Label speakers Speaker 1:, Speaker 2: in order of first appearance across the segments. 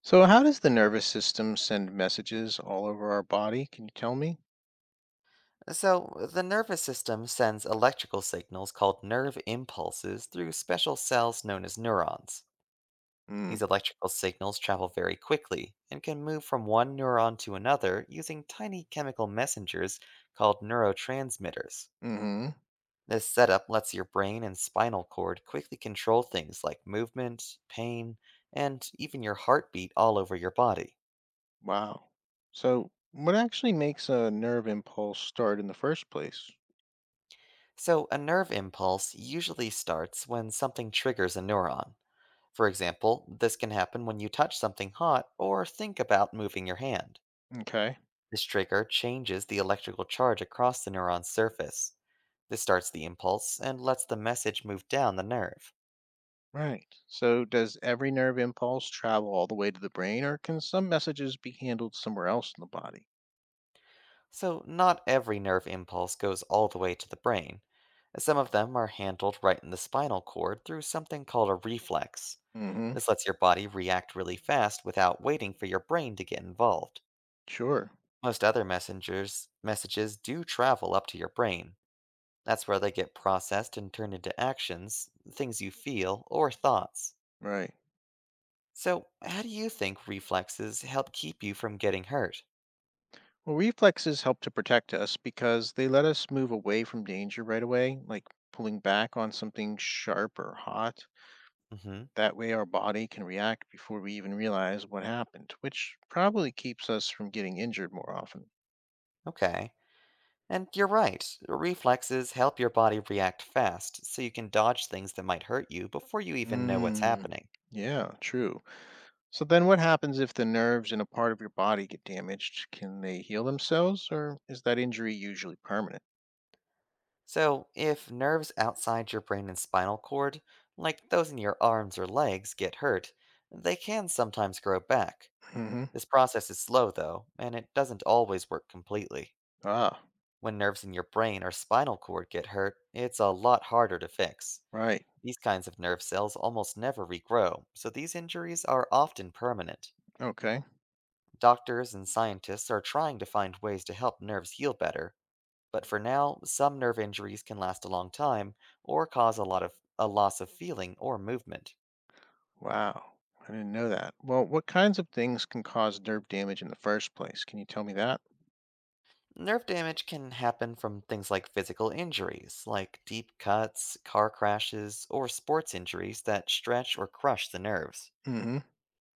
Speaker 1: So, how does the nervous system send messages all over our body? Can you tell me?
Speaker 2: So, the nervous system sends electrical signals called nerve impulses through special cells known as neurons.
Speaker 1: Mm.
Speaker 2: These electrical signals travel very quickly and can move from one neuron to another using tiny chemical messengers called neurotransmitters.
Speaker 1: Hmm.
Speaker 2: This setup lets your brain and spinal cord quickly control things like movement, pain, and even your heartbeat all over your body.
Speaker 1: Wow. So, what actually makes a nerve impulse start in the first place?
Speaker 2: So, a nerve impulse usually starts when something triggers a neuron. For example, this can happen when you touch something hot or think about moving your hand.
Speaker 1: Okay.
Speaker 2: This trigger changes the electrical charge across the neuron's surface. This starts the impulse and lets the message move down the nerve.
Speaker 1: Right. So, does every nerve impulse travel all the way to the brain, or can some messages be handled somewhere else in the body?
Speaker 2: So, not every nerve impulse goes all the way to the brain. Some of them are handled right in the spinal cord through something called a reflex.
Speaker 1: Hmm.
Speaker 2: This lets your body react really fast without waiting for your brain to get involved.
Speaker 1: Sure.
Speaker 2: Most other messengers messages do travel up to your brain. That's where they get processed and turned into actions, things you feel, or thoughts.
Speaker 1: Right.
Speaker 2: So, how do you think reflexes help keep you from getting hurt?
Speaker 1: Well, reflexes help to protect us because they let us move away from danger right away, like pulling back on something sharp or hot.
Speaker 2: Hmm.
Speaker 1: That way, our body can react before we even realize what happened, which probably keeps us from getting injured more often.
Speaker 2: Okay. And you're right, reflexes help your body react fast so you can dodge things that might hurt you before you even know what's
Speaker 1: Mm,
Speaker 2: happening.
Speaker 1: yeah, true. So then what happens if the nerves in a part of your body get damaged? Can they heal themselves or is that injury usually permanent?
Speaker 2: So, if nerves outside your brain and spinal cord, like those in your arms or legs, get hurt, they can sometimes grow back.
Speaker 1: Hmm.
Speaker 2: This process is slow, though, and it doesn't always work completely.
Speaker 1: Ah,
Speaker 2: When nerves in your brain or spinal cord get hurt, it's a lot harder to fix.
Speaker 1: right.
Speaker 2: These kinds of nerve cells almost never regrow, so these injuries are often permanent.
Speaker 1: Okay.
Speaker 2: Doctors and scientists are trying to find ways to help nerves heal better, but for now, some nerve injuries can last a long time or cause a loss of feeling or movement.
Speaker 1: Wow. I didn't know that. Well, what kinds of things can cause nerve damage in the first place? Can you tell me that?
Speaker 2: Nerve damage can happen from things like physical injuries, like deep cuts, car crashes, or sports injuries that stretch or crush the nerves.
Speaker 1: Hmm.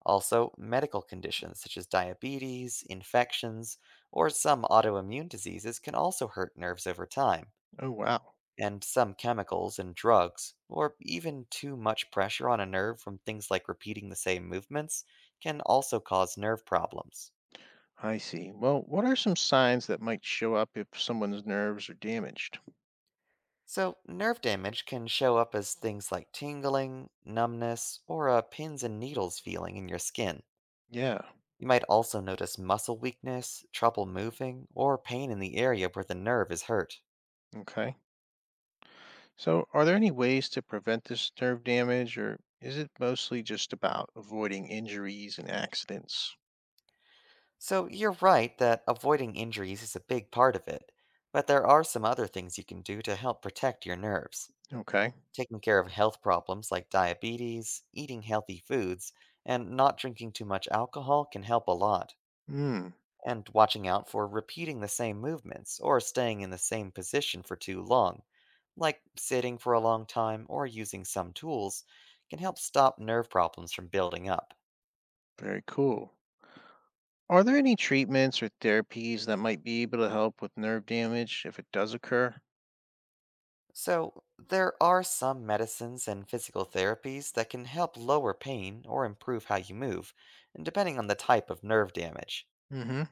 Speaker 2: Also, medical conditions such as diabetes, infections, or some autoimmune diseases can also hurt nerves over time.
Speaker 1: Oh, wow.
Speaker 2: And some chemicals and drugs, or even too much pressure on a nerve from things like repeating the same movements, can also cause nerve problems.
Speaker 1: I see. Well, what are some signs that might show up if someone's nerves are damaged?
Speaker 2: So, nerve damage can show up as things like tingling, numbness, or a pins and needles feeling in your skin.
Speaker 1: Yeah.
Speaker 2: You might also notice muscle weakness, trouble moving, or pain in the area where the nerve is hurt.
Speaker 1: Okay. So, are there any ways to prevent this nerve damage, or is it mostly just about avoiding injuries and accidents?
Speaker 2: So, you're right that avoiding injuries is a big part of it, but there are some other things you can do to help protect your nerves.
Speaker 1: Okay.
Speaker 2: Taking care of health problems like diabetes, eating healthy foods, and not drinking too much alcohol can help a lot.
Speaker 1: Hmm.
Speaker 2: And watching out for repeating the same movements or staying in the same position for too long, like sitting for a long time or using some tools, can help stop nerve problems from building up.
Speaker 1: Very cool. Are there any treatments or therapies that might be able to help with nerve damage if it does occur?
Speaker 2: So, there are some medicines and physical therapies that can help lower pain or improve how you move, and depending on the type of nerve damage.
Speaker 1: Mm hmm.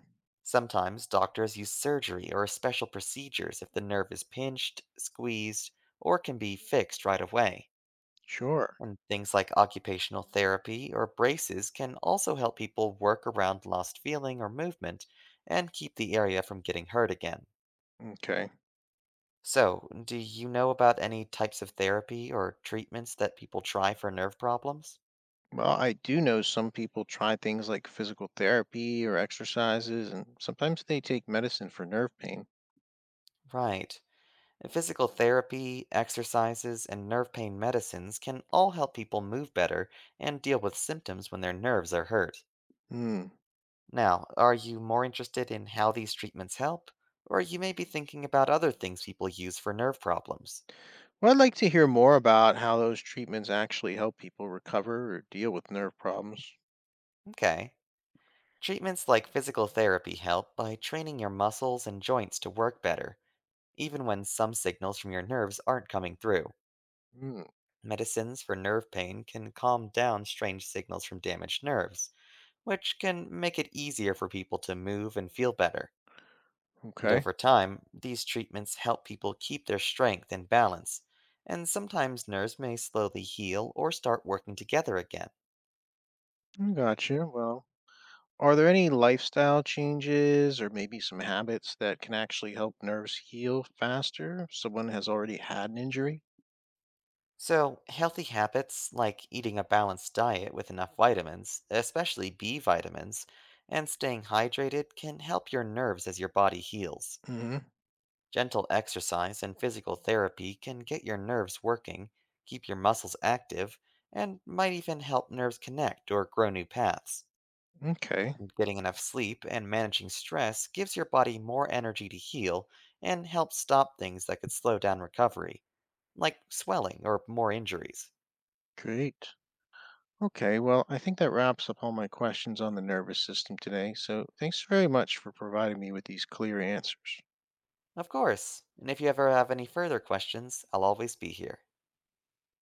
Speaker 2: Sometimes doctors use surgery or special procedures if the nerve is pinched, squeezed, or can be fixed right away.
Speaker 1: Sure.
Speaker 2: And things like occupational therapy or braces can also help people work around lost feeling or movement and keep the area from getting hurt again.
Speaker 1: Okay.
Speaker 2: So, do you know about any types of therapy or treatments that people try for nerve problems?
Speaker 1: Well, I do know some people try things like physical therapy or exercises, and sometimes they take medicine for nerve pain.
Speaker 2: Right. Physical therapy, exercises, and nerve pain medicines can all help people move better and deal with symptoms when their nerves are hurt.
Speaker 1: Hmm.
Speaker 2: Now, are you more interested in how these treatments help? Or you may be thinking about other things people use for nerve problems.
Speaker 1: Well, I'd like to hear more about how those treatments actually help people recover or deal with nerve problems.
Speaker 2: Okay. Treatments like physical therapy help by training your muscles and joints to work better, even when some signals from your nerves aren't coming through.
Speaker 1: Hmm.
Speaker 2: Medicines for nerve pain can calm down strange signals from damaged nerves, which can make it easier for people to move and feel better. And
Speaker 1: Okay.
Speaker 2: over time, these treatments help people keep their strength and balance, and sometimes nerves may slowly heal or start working together again.
Speaker 1: I Gotcha. Well, are there any lifestyle changes or maybe some habits that can actually help nerves heal faster if someone has already had an injury?
Speaker 2: So, healthy habits like eating a balanced diet with enough vitamins, especially B vitamins, and staying hydrated can help your nerves as your body heals.
Speaker 1: Hmm.
Speaker 2: Gentle exercise and physical therapy can get your nerves working, keep your muscles active, and might even help nerves connect or grow new paths.
Speaker 1: Okay.
Speaker 2: And getting enough sleep and managing stress gives your body more energy to heal and helps stop things that could slow down recovery, like swelling or more injuries.
Speaker 1: Great. Okay, well, I think that wraps up all my questions on the nervous system today. So thanks very much for providing me with these clear answers.
Speaker 2: Of course, and if you ever have any further questions, I'll always be here.